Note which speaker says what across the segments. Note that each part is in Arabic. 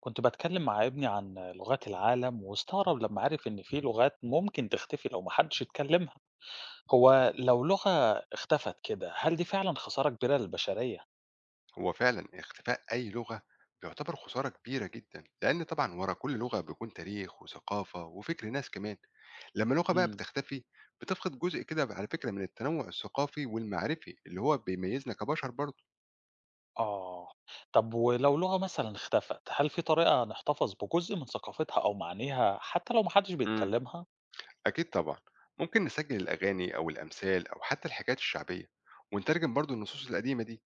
Speaker 1: كنت بتكلم مع ابني عن لغات العالم واستغرب لما عرف إن في لغات ممكن تختفي لو محدش يتكلمها. هو لو لغة اختفت كده، هل دي فعلا خسارة كبيرة للبشرية؟
Speaker 2: هو فعلا اختفاء أي لغة بيعتبر خسارة كبيرة جدا، لأن طبعا ورا كل لغة بيكون تاريخ وثقافة وفكر ناس كمان. لما لغة بقى
Speaker 1: امم،
Speaker 2: بتختفي بتفقد جزء كده على فكرة من التنوع الثقافي والمعرفي اللي هو بيميزنا كبشر برضه.
Speaker 1: آه. طب ولو لغة مثلا اختفت، هل في طريقة نحتفظ بجزء من ثقافتها أو معانيها حتى لو محدش
Speaker 2: امم
Speaker 1: بيتكلمها؟
Speaker 2: أكيد طبعا، ممكن نسجل الأغاني أو الأمثال أو حتى الحكايات الشعبية، ونترجم برضو النصوص القديمة دي.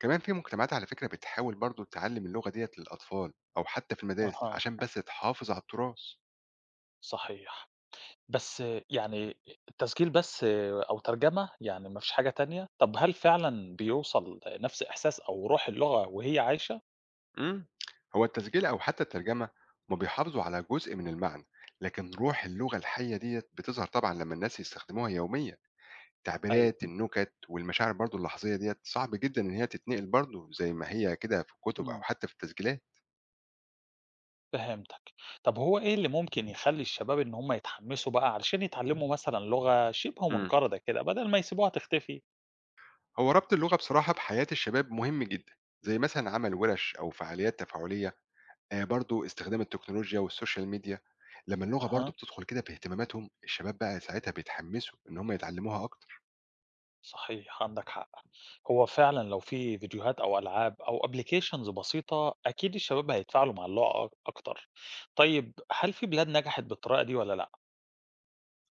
Speaker 2: كمان في مجتمعات على فكرة بتحاول برضو تعلم اللغة ديت للأطفال أو حتى في المدارس
Speaker 1: أها،
Speaker 2: عشان بس تحافظ على التراث.
Speaker 1: صحيح. بس يعني التسجيل بس أو ترجمة، يعني مفيش حاجة تانية. طب هل فعلا بيوصل نفس إحساس أو روح اللغة وهي عايشة؟
Speaker 2: مم. هو التسجيل أو حتى الترجمة ما بيحافظوا على جزء من المعنى، لكن روح اللغة الحية ديت بتظهر طبعا لما الناس يستخدموها يوميا.
Speaker 1: أيوه،
Speaker 2: تعبيرات النكت والمشاعر برضو اللحظية ديت صعب جدا إن هي تتنقل برضو زي ما هي كده في الكتب أو
Speaker 1: إمم،
Speaker 2: حتى في التسجيلات.
Speaker 1: فهمتك. طب هو إيه اللي ممكن يخلّي الشباب إن هم يتحمّسوا بقى علشان يتعلّموا مثلًا لغة شِبه
Speaker 2: مم.
Speaker 1: منقرضة كده، بدل ما يسيبوها تختفي؟
Speaker 2: هو ربط اللغة بصراحة بحياة الشباب مهم جدا، زي مثلا عمل ورش أو فعاليات تفاعلية. برضو استخدام التكنولوجيا والسوشيال ميديا. لما اللغة برضو
Speaker 1: أها،
Speaker 2: بتدخل كده في اهتماماتهم، الشباب بقى ساعتها بيتحمسوا إن هم يتعلموها أكتر.
Speaker 1: صحيح، عندك حق. هو فعلًا لو في فيديوهات أو ألعاب أو applications بسيطة، أكيد الشباب هيتفاعلوا مع اللغة أكتر. طيب هل في بلاد نجحت بالطريقة دي والّا لأ؟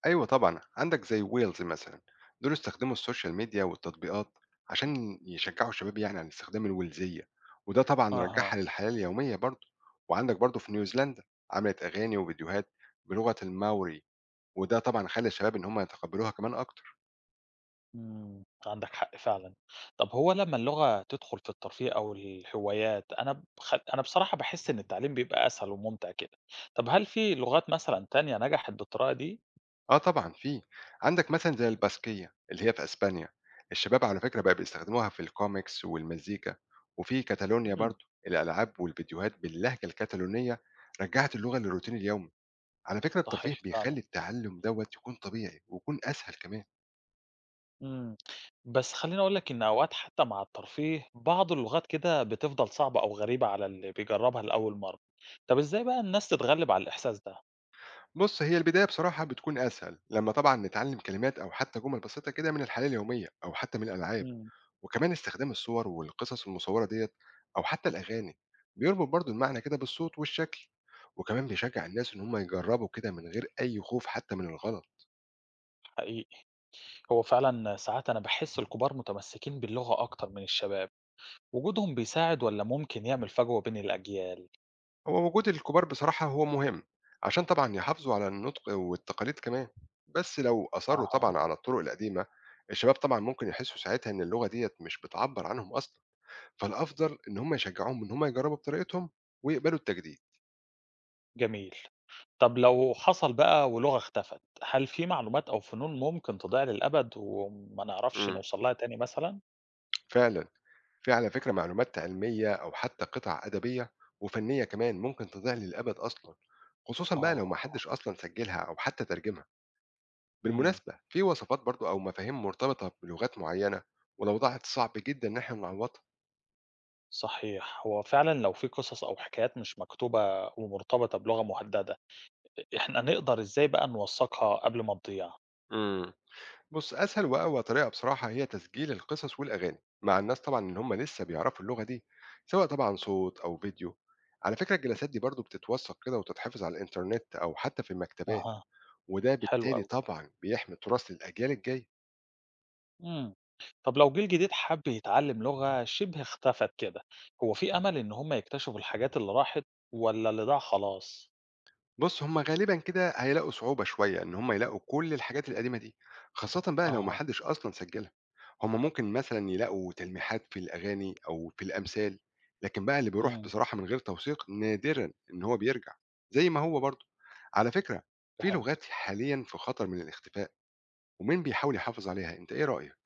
Speaker 2: أيوة طبعًا، عندك زي ويلز مثلًا، دول استخدموا السوشيال ميديا والتطبيقات عشان يشجعوا الشباب يعني على استخدام الوِلزية، وده طبعًا رجّعها
Speaker 1: أها.
Speaker 2: للحياة اليومية برضه. وعندك برضه في نيوزيلندا، عملت أغاني وفيديوهات بلغة الماوري، وده طبعًا خلّى الشباب إن هم يتقبّلوها كمان أكتر.
Speaker 1: عندك حق فعلًا. طب هو لمّا اللغة تدخل في الترفيه أو الهوايات، أنا ب خ أنا بصراحة باحس إن التعليم بيبقى أسهل وممتع كده. طب هل في لغات مثلًا تانية نجحت بالطريقة دي؟
Speaker 2: آه طبعًا في، عندك مثلًا زي الباسكية اللي هي في أسبانيا، الشباب على فكرة بقى بيستخدموها في الcomics والمزيكا، وفي كاتالونيا
Speaker 1: إمم،
Speaker 2: برضه، الألعاب والفيديوهات باللهجة الكتالونية رجّعت اللغة للروتين اليومي. على فكرة الترفيه
Speaker 1: صحيح فعلًا.
Speaker 2: بيخلّي التعلُّم دوّة يكون طبيعي ويكون أسهل كمان.
Speaker 1: إمم. بس خلّيني أقول لك إن أوقات حتى مع الترفيه، بعض اللغات كده بتفضل صعبة أو غريبة على اللي بيجرّبها لأول مرّة. طب إزاي بقى الناس تتغلب على الإحساس ده؟
Speaker 2: بُص، هي البداية بصراحة بتكون أسهل لمّا طبعًا نتعلِّم كلمات أو حتّى جُمل بسيطة كده من الحياة اليومية أو حتّى من الألعاب،
Speaker 1: إمم،
Speaker 2: وكمان استخدام الصور والقصص المصوّرة ديّة أو حتّى الأغاني، بيربط برضه المعنى كده بالصوت والشكل، وكمان بيشجّع الناس إن هم يجرّبوا كده من غير أي خوف حتّى من الغلط.
Speaker 1: حقيقي. هو فعلًا ساعات أنا باحس الكبار متمسكين باللغة أكتر من الشباب. وجودهم بيساعد والّا ممكن يعمل فجوة بين الأجيال؟
Speaker 2: هو وجود الكبار بصراحة هو مهم، عشان طبعا يحافظوا على النطق والتقاليد كمان. بس لو أصروا
Speaker 1: أها.
Speaker 2: طبعا على الطرق القديمة، الشباب طبعا ممكن يحسوا ساعتها إن اللغة ديت مش بتعبر عنهم أصلا. فالأفضل إن هم يشجعوهم إن هم يجربوا بطريقتهم ويقبلوا التجديد.
Speaker 1: جميل. طب لو حصل بقى ولغة اختفت، هل في معلومات أو فنون ممكن تضيع للأبد وما نعرفش
Speaker 2: مم.
Speaker 1: نوصل لها تاني مثلًا؟
Speaker 2: فعلا، في على فكرة معلومات علمية أو حتى قطع أدبية وفنية كمان ممكن تضيع للأبد أصلا، خصوصا بقى لو
Speaker 1: آه.
Speaker 2: محدش أصلا سجلها أو حتى ترجمها.
Speaker 1: إمم،
Speaker 2: بالمناسبة في وصفات برضو أو مفاهيم مرتبطة بلغات معينة، ولو ضاعت صعب جدا إن احنا نعوضها.
Speaker 1: صحيح. هو فعلًا لو في قصص أو حكايات مش مكتوبة ومرتبطة بلغة مُهددة، إحنا نقدر إزاي بقى نوثّقها قبل ما تضيع؟
Speaker 2: امم بص، أسهل وأقوى طريقة بصراحة هي تسجيل القصص والأغاني مع الناس، طبعا إن هم لسه بيعرفوا اللغة دي، سواء طبعا صوت أو فيديو. على فكرة الجلسات دي برضو بتتوثق كده وتتحفظ على الإنترنت أو حتى في المكتبات،
Speaker 1: أها،
Speaker 2: وده
Speaker 1: حلو
Speaker 2: بالتالي
Speaker 1: أوي.
Speaker 2: طبعا بيحمي تراث الأجيال الجاية.
Speaker 1: إمم. طب لو جيل جديد حَب يتعلّم لغة شِبه اختفت كده، هو في أمل إن هم يكتشفوا الحاجات اللي راحت والّا اللي ضاع خلاص؟
Speaker 2: بُص، هم غالبًا كده هيلاقوا صعوبة شوية إن هم يلاقوا كل الحاجات القديمة دي، خاصةً بقى لو ما
Speaker 1: أها،
Speaker 2: حدش أصلًا سجّلها. هم ممكن مثلًا يلاقوا تلميحات في الأغاني أو في الأمثال، لكن بقى اللي بيروح
Speaker 1: إمم،
Speaker 2: بصراحة من غير توثيق نادرًا إن هو بيرجع، زي ما هو برضه. على فكرة في لغات
Speaker 1: فهمتِك.
Speaker 2: حاليًا في خطر من الاختفاء، ومين بيحاول يحافظ عليها، أنت إيه رأيك؟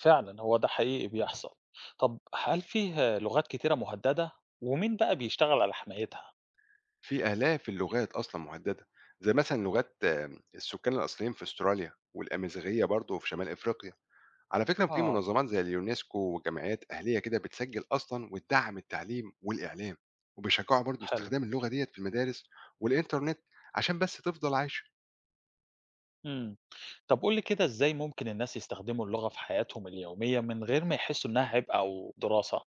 Speaker 1: فعلًا هو ده حقيقي بيحصل. طب هل فيه لغات كتيرة مهدّدة؟ ومين بقى بيشتغل على حمايتها؟
Speaker 2: في آلاف اللغات أصلًا مهددة، زي مثلًا لغات السكان الأصليين في أستراليا، والأمازيغية برضه في شمال إفريقيا. على فكرة في
Speaker 1: آه،
Speaker 2: منظمات زي اليونسكو وجمعيات أهلية كده بتسجل أصلا وتدعم التعليم والإعلام، وبيشجعوا برضو
Speaker 1: حلو.
Speaker 2: استخدام اللغة ديت في المدارس والإنترنت عشان بس تفضل عايشة.
Speaker 1: إمم. طب قُل لي كده إزاي ممكن الناس يستخدموا اللغة في حياتهم اليومية من غير ما يحسّوا إنها عبء أو دراسة؟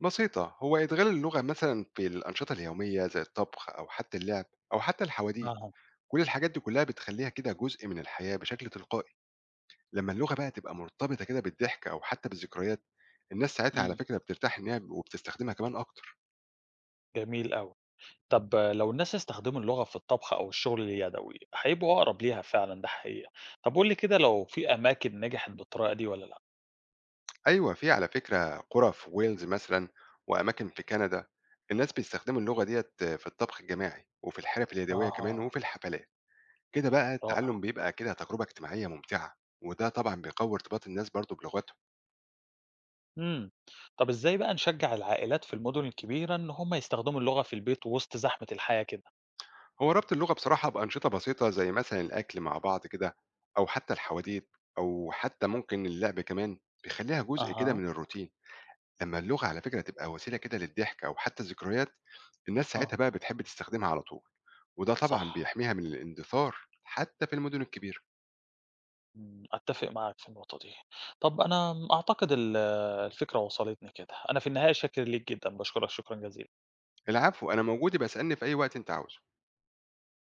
Speaker 2: بسيطة، هو إدغال اللغة مثلا في الأنشطة اليومية زي الطبخ أو حتى اللعب أو حتى الحواديت.
Speaker 1: أها،
Speaker 2: كل الحاجات دي كلها بتخليها كده جزء من الحياة بشكل تلقائي. لما اللغة بقى تبقى مرتبطة كده بالضحك أو حتى بالذكريات، الناس ساعتها على
Speaker 1: إمم،
Speaker 2: فكرة بترتاح إنها وبتستخدمها كمان أكتر.
Speaker 1: جميل أوي. طب لو الناس استخدموا اللغة في الطبخ أو الشغل اليدوي، هيبقوا أقرب ليها فعلا. ده حقيقة. طب قول لي كده لو في أماكن نجحت بالطريقة دي ولا لأ.
Speaker 2: أيوه، في على فكرة قرى في ويلز مثلًا وأماكن في كندا، الناس بيستخدموا اللغة ديّة في الطبخ الجماعي وفي الحرف اليدوية كمان
Speaker 1: اها،
Speaker 2: وفي الحفلات. كده بقى
Speaker 1: رائع.
Speaker 2: التعلم بيبقى كده تجربة اجتماعية ممتعة، وده طبعًا بيقوي ارتباط الناس برضه بلغتهم.
Speaker 1: امم طب إزاي بقى نشجع العائلات في المدن الكبيرة إن هم يستخدموا اللغة في البيت وسط زحمة الحياة كده؟
Speaker 2: هو ربط اللغة بصراحة بأنشطة بسيطة زي مثلًا الأكل مع بعض كده أو حتى الحواديت أو حتى ممكن اللعب كمان، بيخلّيها جزء كده
Speaker 1: اها،
Speaker 2: من الروتين. لمّا اللغة على فكرة تبقى وسيلة كده للضحك أو حتى الذكريات، الناس
Speaker 1: اه،
Speaker 2: ساعتها بقى بتحب تستخدمها على طول، وده طبعًا
Speaker 1: صح.
Speaker 2: بيحميها من الاندثار حتى في المدن الكبيرة.
Speaker 1: أتفق معاك في النقطة دي. طب أنا أعتقد الفكرة وصلتني كده. أنا في النهاية شاكر ليك جدا، بشكرك شكرا جزيلا.
Speaker 2: العفو، أنا موجود، يبقى اسألني في أي وقت أنت عاوزه.